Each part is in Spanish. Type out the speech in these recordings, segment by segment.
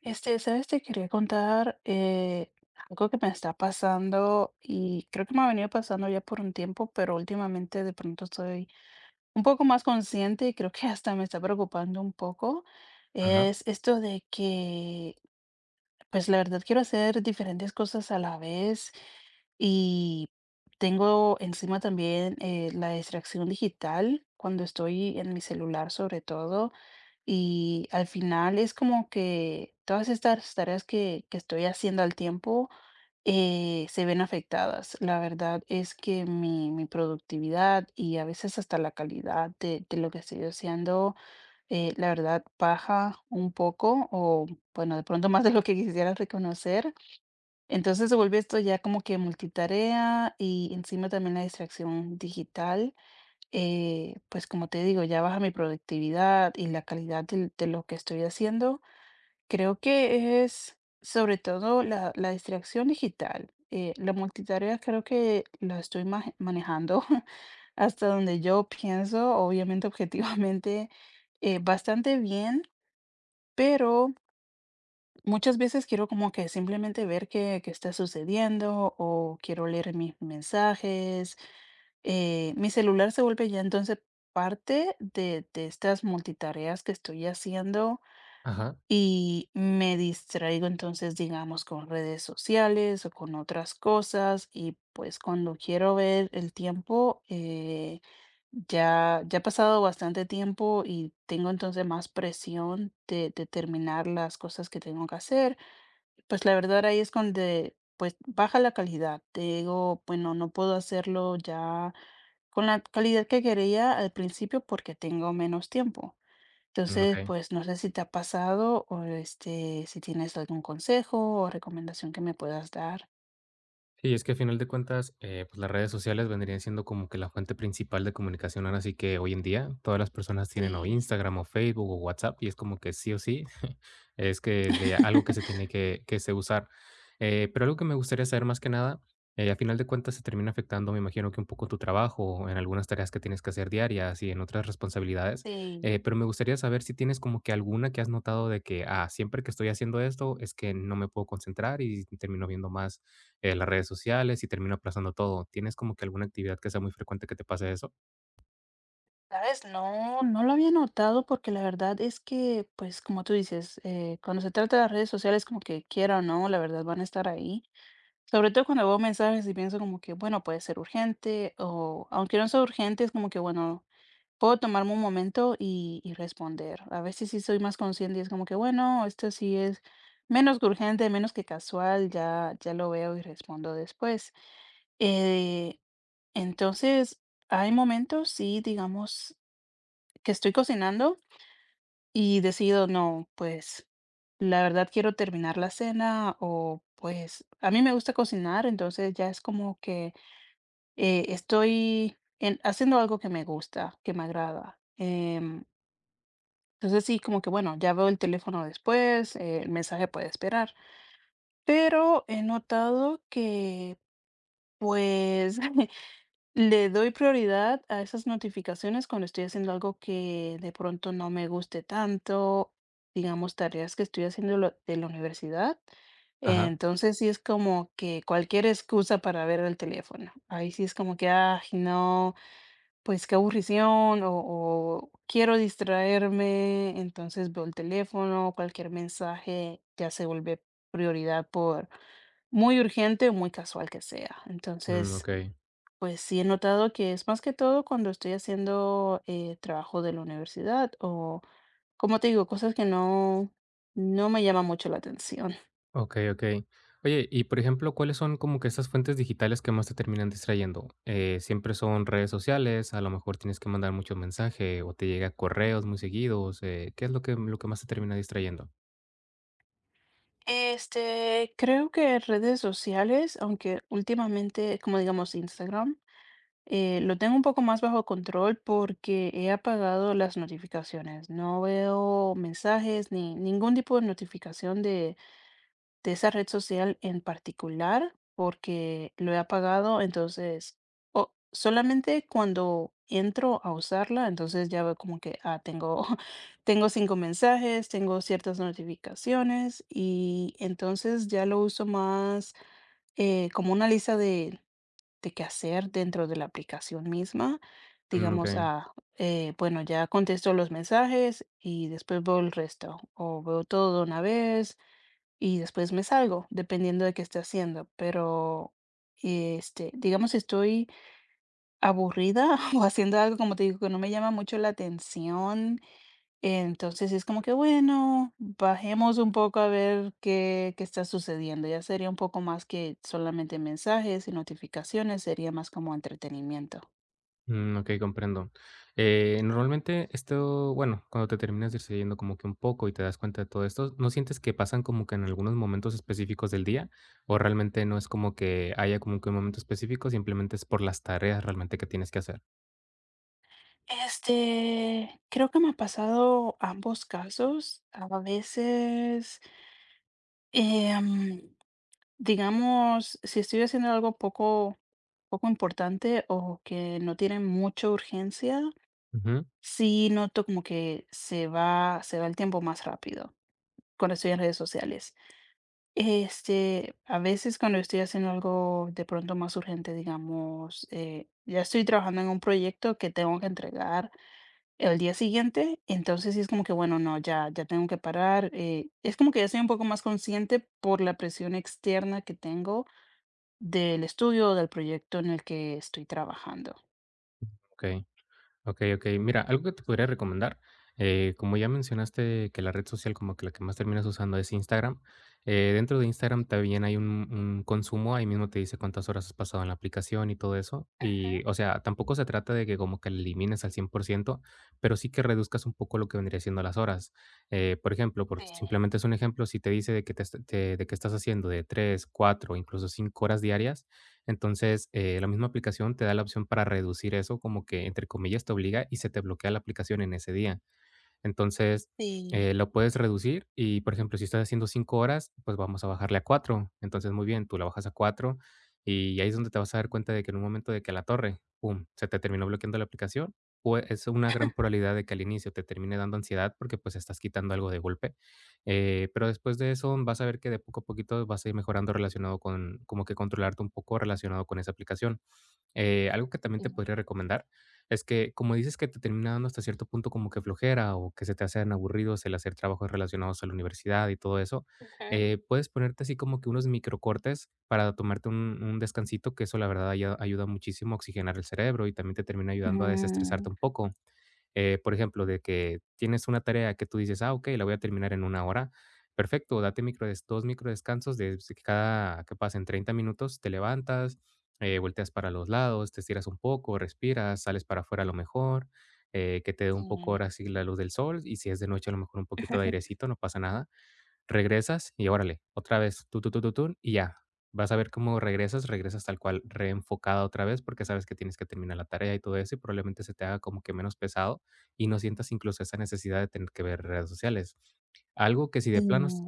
Este, ¿sabes? Te quería contar algo que me está pasando y creo que me ha venido pasando ya por un tiempo, pero últimamente de pronto estoy un poco más consciente y creo que hasta me está preocupando un poco. Ajá, Es esto de que, pues la verdad quiero hacer diferentes cosas a la vez y tengo encima también la distracción digital cuando estoy en mi celular sobre todo. Y al final es como que todas estas tareas que estoy haciendo al tiempo se ven afectadas. La verdad es que mi productividad y a veces hasta la calidad de lo que estoy haciendo, la verdad, baja un poco o, bueno, de pronto más de lo que quisiera reconocer. Entonces se vuelve esto ya como que multitarea y encima también la distracción digital pues como te digo, ya baja mi productividad y la calidad lo que estoy haciendo. Creo que es sobre todo la distracción digital. La multitarea creo que la estoy manejando hasta donde yo pienso, obviamente objetivamente, bastante bien, pero muchas veces quiero como que simplemente ver qué está sucediendo o quiero leer mis mensajes. Mi celular se vuelve ya entonces parte de estas multitareas que estoy haciendo ajá, y me distraigo entonces, digamos, con redes sociales o con otras cosas y pues cuando quiero ver el tiempo, ya ha pasado bastante tiempo y tengo entonces más presión de terminar las cosas que tengo que hacer. Pues la verdad ahí es donde pues baja la calidad. Te digo, bueno, no puedo hacerlo ya con la calidad que quería al principio porque tengo menos tiempo. mm, Entonces, okey. pues no sé si te ha pasado o este, si tienes algún consejo o recomendación que me puedas dar. Sí, es que a final de cuentas, pues las redes sociales vendrían siendo como que la fuente principal de comunicación. Ahora sí que hoy en día todas las personas tienen o Sí, Instagram o Facebook o WhatsApp y es como que sí o sí. Es que de algo que se usar. Pero algo que me gustaría saber más que nada, a final de cuentas se termina afectando, me imagino que un poco tu trabajo, en algunas tareas que tienes que hacer diarias y en otras responsabilidades. sí, Pero me gustaría saber si tienes como que alguna que has notado de que, ah, siempre que estoy haciendo esto es que no me puedo concentrar y termino viendo más las redes sociales y termino aplazando todo. ¿Tienes como que alguna actividad que sea muy frecuente que te pase eso? sabes, no lo había notado porque la verdad es que, pues como tú dices, cuando se trata de las redes sociales, como que quiera o no, la verdad van a estar ahí. Sobre todo cuando veo mensajes y pienso como que, bueno, puede ser urgente o aunque no sea urgente, es como que, bueno, puedo tomarme un momento y responder. A veces sí soy más consciente y es como que, bueno, esto sí es menos que urgente, menos que casual, ya lo veo y respondo después. Eh, entonces, hay momentos, sí, digamos, que estoy cocinando y decido, no, pues la verdad quiero terminar la cena o pues a mí me gusta cocinar, entonces ya es como que estoy haciendo algo que me gusta, que me agrada. Entonces sí, como que bueno, ya veo el teléfono después, el mensaje puede esperar, pero he notado que pues le doy prioridad a esas notificaciones cuando estoy haciendo algo que de pronto no me guste tanto, digamos tareas que estoy haciendo de la universidad. Ajá, Entonces sí es como que cualquier excusa para ver el teléfono. Ahí sí es como que, ay, no. Pues qué aburrición, o quiero distraerme, entonces veo el teléfono, cualquier mensaje ya se vuelve prioridad por muy urgente o muy casual que sea. mm, Entonces, okey, pues sí he notado que es más que todo cuando estoy haciendo trabajo de la universidad o, como te digo, cosas que no, no me llaman mucho la atención. okey, okey. Oye, y por ejemplo, ¿cuáles son como que estas fuentes digitales que más te terminan distrayendo? ¿Siempre son redes sociales? A lo mejor tienes que mandar mucho mensaje o te llega correos muy seguidos, ¿qué es lo que más te termina distrayendo? Este, creo que redes sociales, aunque últimamente, como digamos Instagram, lo tengo un poco más bajo control porque he apagado las notificaciones. No veo mensajes ni ningún tipo de notificación de esa red social en particular porque lo he apagado. Entonces, solamente cuando entro a usarla, entonces ya veo como que, ah, tengo, tengo cinco mensajes, tengo ciertas notificaciones y entonces ya lo uso más como una lista de qué hacer dentro de la aplicación misma. Mm, Digamos, okey. ah, bueno, ya contesto los mensajes y después veo el resto, o veo todo de una vez y después me salgo, dependiendo de qué esté haciendo. Pero, este, digamos, si estoy aburrida o haciendo algo, como te digo, que no me llama mucho la atención, entonces es como que, bueno, bajemos un poco a ver qué está sucediendo. Ya sería un poco más que solamente mensajes y notificaciones, sería más como entretenimiento. Mm, okey, comprendo. Normalmente esto, bueno, cuando te terminas distrayendo como que un poco y te das cuenta de todo esto, ¿no sientes que pasan como que en algunos momentos específicos del día? ¿O realmente no es como que haya como que un momento específico, simplemente es por las tareas realmente que tienes que hacer? Este, creo que me ha pasado ambos casos. A veces, em, digamos, si estoy haciendo algo poco importante o que no tiene mucha urgencia, Ujú, sí noto como que se va el tiempo más rápido cuando estoy en redes sociales. Este, a veces cuando estoy haciendo algo de pronto más urgente, digamos, ya estoy trabajando en un proyecto que tengo que entregar el día siguiente, entonces sí es como que, bueno, no, ya tengo que parar. Es como que ya soy un poco más consciente por la presión externa que tengo del estudio o del proyecto en el que estoy trabajando. okey. Ok, ok. Mira, algo que te podría recomendar, como ya mencionaste que la red social como que la que más terminas usando es Instagram, dentro de Instagram también hay un consumo, ahí mismo te dice cuántas horas has pasado en la aplicación y todo eso. Ujú. Y, o sea, tampoco se trata de que como que la elimines al 100%, pero sí que reduzcas un poco lo que vendría siendo las horas. Por ejemplo, por Eh, simplemente es un ejemplo, si te dice de que estás haciendo de 3, 4, incluso 5 horas diarias, entonces, la misma aplicación te da la opción para reducir eso, como que entre comillas te obliga y se te bloquea la aplicación en ese día. Entonces, Sí. Lo puedes reducir y, por ejemplo, si estás haciendo 5 horas, pues vamos a bajarle a 4. Entonces, muy bien, tú la bajas a 4 y ahí es donde te vas a dar cuenta de que en un momento de que la torre, pum, se te terminó bloqueando la aplicación. O es una gran probabilidad de que al inicio te termine dando ansiedad porque pues estás quitando algo de golpe. Pero después de eso vas a ver que de poco a poquito vas a ir mejorando relacionado con, como que controlarte un poco relacionado con esa aplicación. Algo que también te Mm, podría recomendar es que, como dices que te termina dando hasta cierto punto como que flojera o que se te hacen aburridos el hacer trabajos relacionados a la universidad y todo eso, ujú. Puedes ponerte así como que unos microcortes para tomarte un descansito, que eso la verdad ayuda muchísimo a oxigenar el cerebro y también te termina ayudando a Mm, desestresarte un poco. Por ejemplo, de que tienes una tarea que tú dices, ah, ok, la voy a terminar en una hora. Perfecto, date dos micro descansos de si cada que pasen 30 minutos, te levantas, volteas para los lados, te estiras un poco, respiras, sales para afuera a lo mejor, que te dé un poco sí, ahora sí la luz del sol y si es de noche a lo mejor un poquito de airecito, no pasa nada, regresas y órale, otra vez, tú, y ya. Vas a ver cómo regresas, regresas tal cual, reenfocada otra vez, porque sabes que tienes que terminar la tarea y todo eso, y probablemente se te haga como que menos pesado y no sientas incluso esa necesidad de tener que ver redes sociales. Algo que si sí, de planos,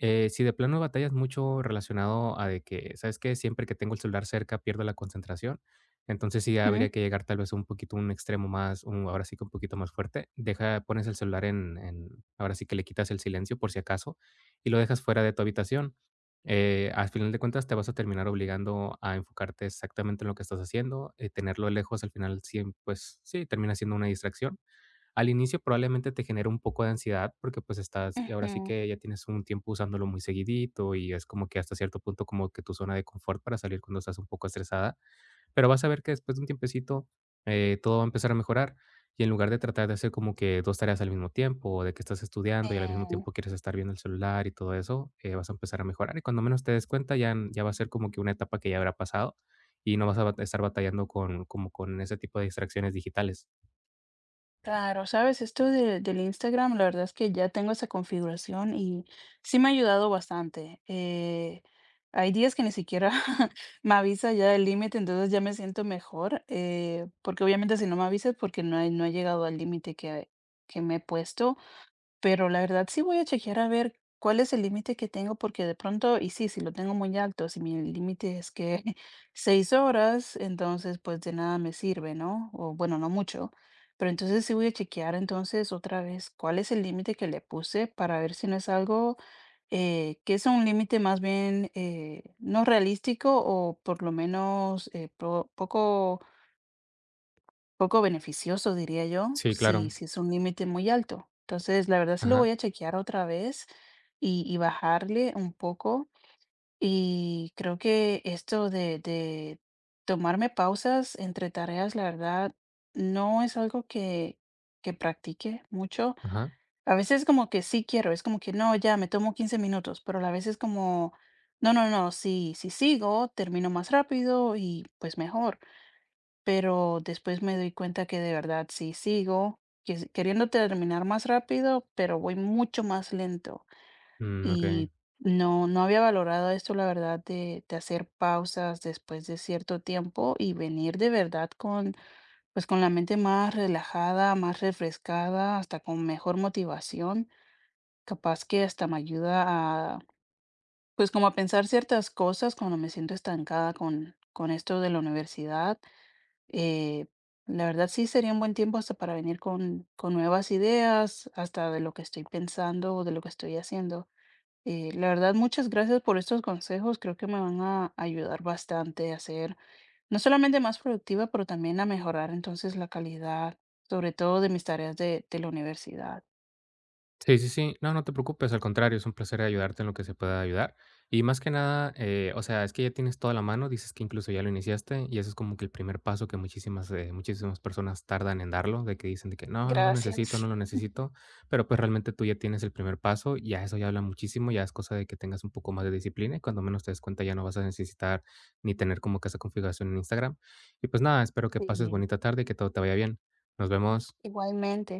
si de plano batallas mucho relacionado a de que, ¿sabes qué? Siempre que tengo el celular cerca pierdo la concentración. Entonces sí ujú, habría que llegar tal vez un poquito, un extremo más, un, ahora sí que un poquito más fuerte. Deja, pones el celular en, ahora sí que le quitas el silencio por si acaso y lo dejas fuera de tu habitación. Al final de cuentas te vas a terminar obligando a enfocarte exactamente en lo que estás haciendo. Eh, tenerlo lejos al final, sí, pues sí, termina siendo una distracción. Al inicio probablemente te genere un poco de ansiedad porque, pues, estás y ahora sí ujú, que ya tienes un tiempo usándolo muy seguidito y es como que hasta cierto punto como que tu zona de confort para salir cuando estás un poco estresada, pero vas a ver que después de un tiempecito, todo va a empezar a mejorar. Y en lugar de tratar de hacer como que 2 tareas al mismo tiempo, o de que estás estudiando y al mismo sí. tiempo quieres estar viendo el celular y todo eso, vas a empezar a mejorar. Y cuando menos te des cuenta, ya va a ser como que una etapa que ya habrá pasado y no vas a bat estar batallando con como con ese tipo de distracciones digitales. Claro, sabes, esto del Instagram, la verdad es que ya tengo esa configuración y sí me ha ayudado bastante. Hay días que ni siquiera me avisa ya el límite, entonces ya me siento mejor, porque obviamente si no me avisas porque no he llegado al límite que me he puesto. Pero la verdad sí voy a chequear a ver cuál es el límite que tengo, porque de pronto, y sí, si lo tengo muy alto, si mi límite es que 6 horas, entonces pues de nada me sirve, ¿no? O bueno, no mucho. Pero entonces sí voy a chequear entonces otra vez cuál es el límite que le puse para ver si no es algo que es un límite más bien no realístico o por lo menos poco poco beneficioso, diría yo, Sí, claro. si es un límite muy alto. Entonces, la verdad sí lo Ajá. voy a chequear otra vez y bajarle un poco. Y creo que esto de tomarme pausas entre tareas, la verdad, no es algo que practique mucho. Ajá. A veces como que sí quiero, es como que no, ya me tomo 15 minutos, pero a veces como, no, no, no, si sigo, termino más rápido y pues mejor. Pero después me doy cuenta que de verdad sí sigo queriendo terminar más rápido, pero voy mucho más lento Mm, okey. y no había valorado esto, la verdad, de hacer pausas después de cierto tiempo y venir de verdad con, pues con la mente más relajada, más refrescada, hasta con mejor motivación, capaz que hasta me ayuda a, pues como a pensar ciertas cosas cuando me siento estancada con esto de la universidad. eh, la verdad sí sería un buen tiempo hasta para venir con nuevas ideas, hasta de lo que estoy pensando o de lo que estoy haciendo. La verdad, muchas gracias por estos consejos. Creo que me van a ayudar bastante a ser no solamente más productiva, pero también a mejorar entonces la calidad, sobre todo de mis tareas de la universidad. Sí, sí, sí. No, no te preocupes, al contrario, es un placer ayudarte en lo que se pueda ayudar. Y más que nada, o sea, es que ya tienes toda la mano, dices que incluso ya lo iniciaste, y eso es como que el primer paso que muchísimas, muchísimas personas tardan en darlo, de que dicen de que: "No, no lo necesito, Gracias. no lo necesito", pero, pues, realmente tú ya tienes el primer paso, y ya eso ya habla muchísimo, ya es cosa de que tengas un poco más de disciplina, y cuando menos te des cuenta ya no vas a necesitar ni tener como que esa configuración en Instagram. Y, pues, nada, espero que pases Sí, bonita tarde y que todo te vaya bien. Nos vemos. igualmente.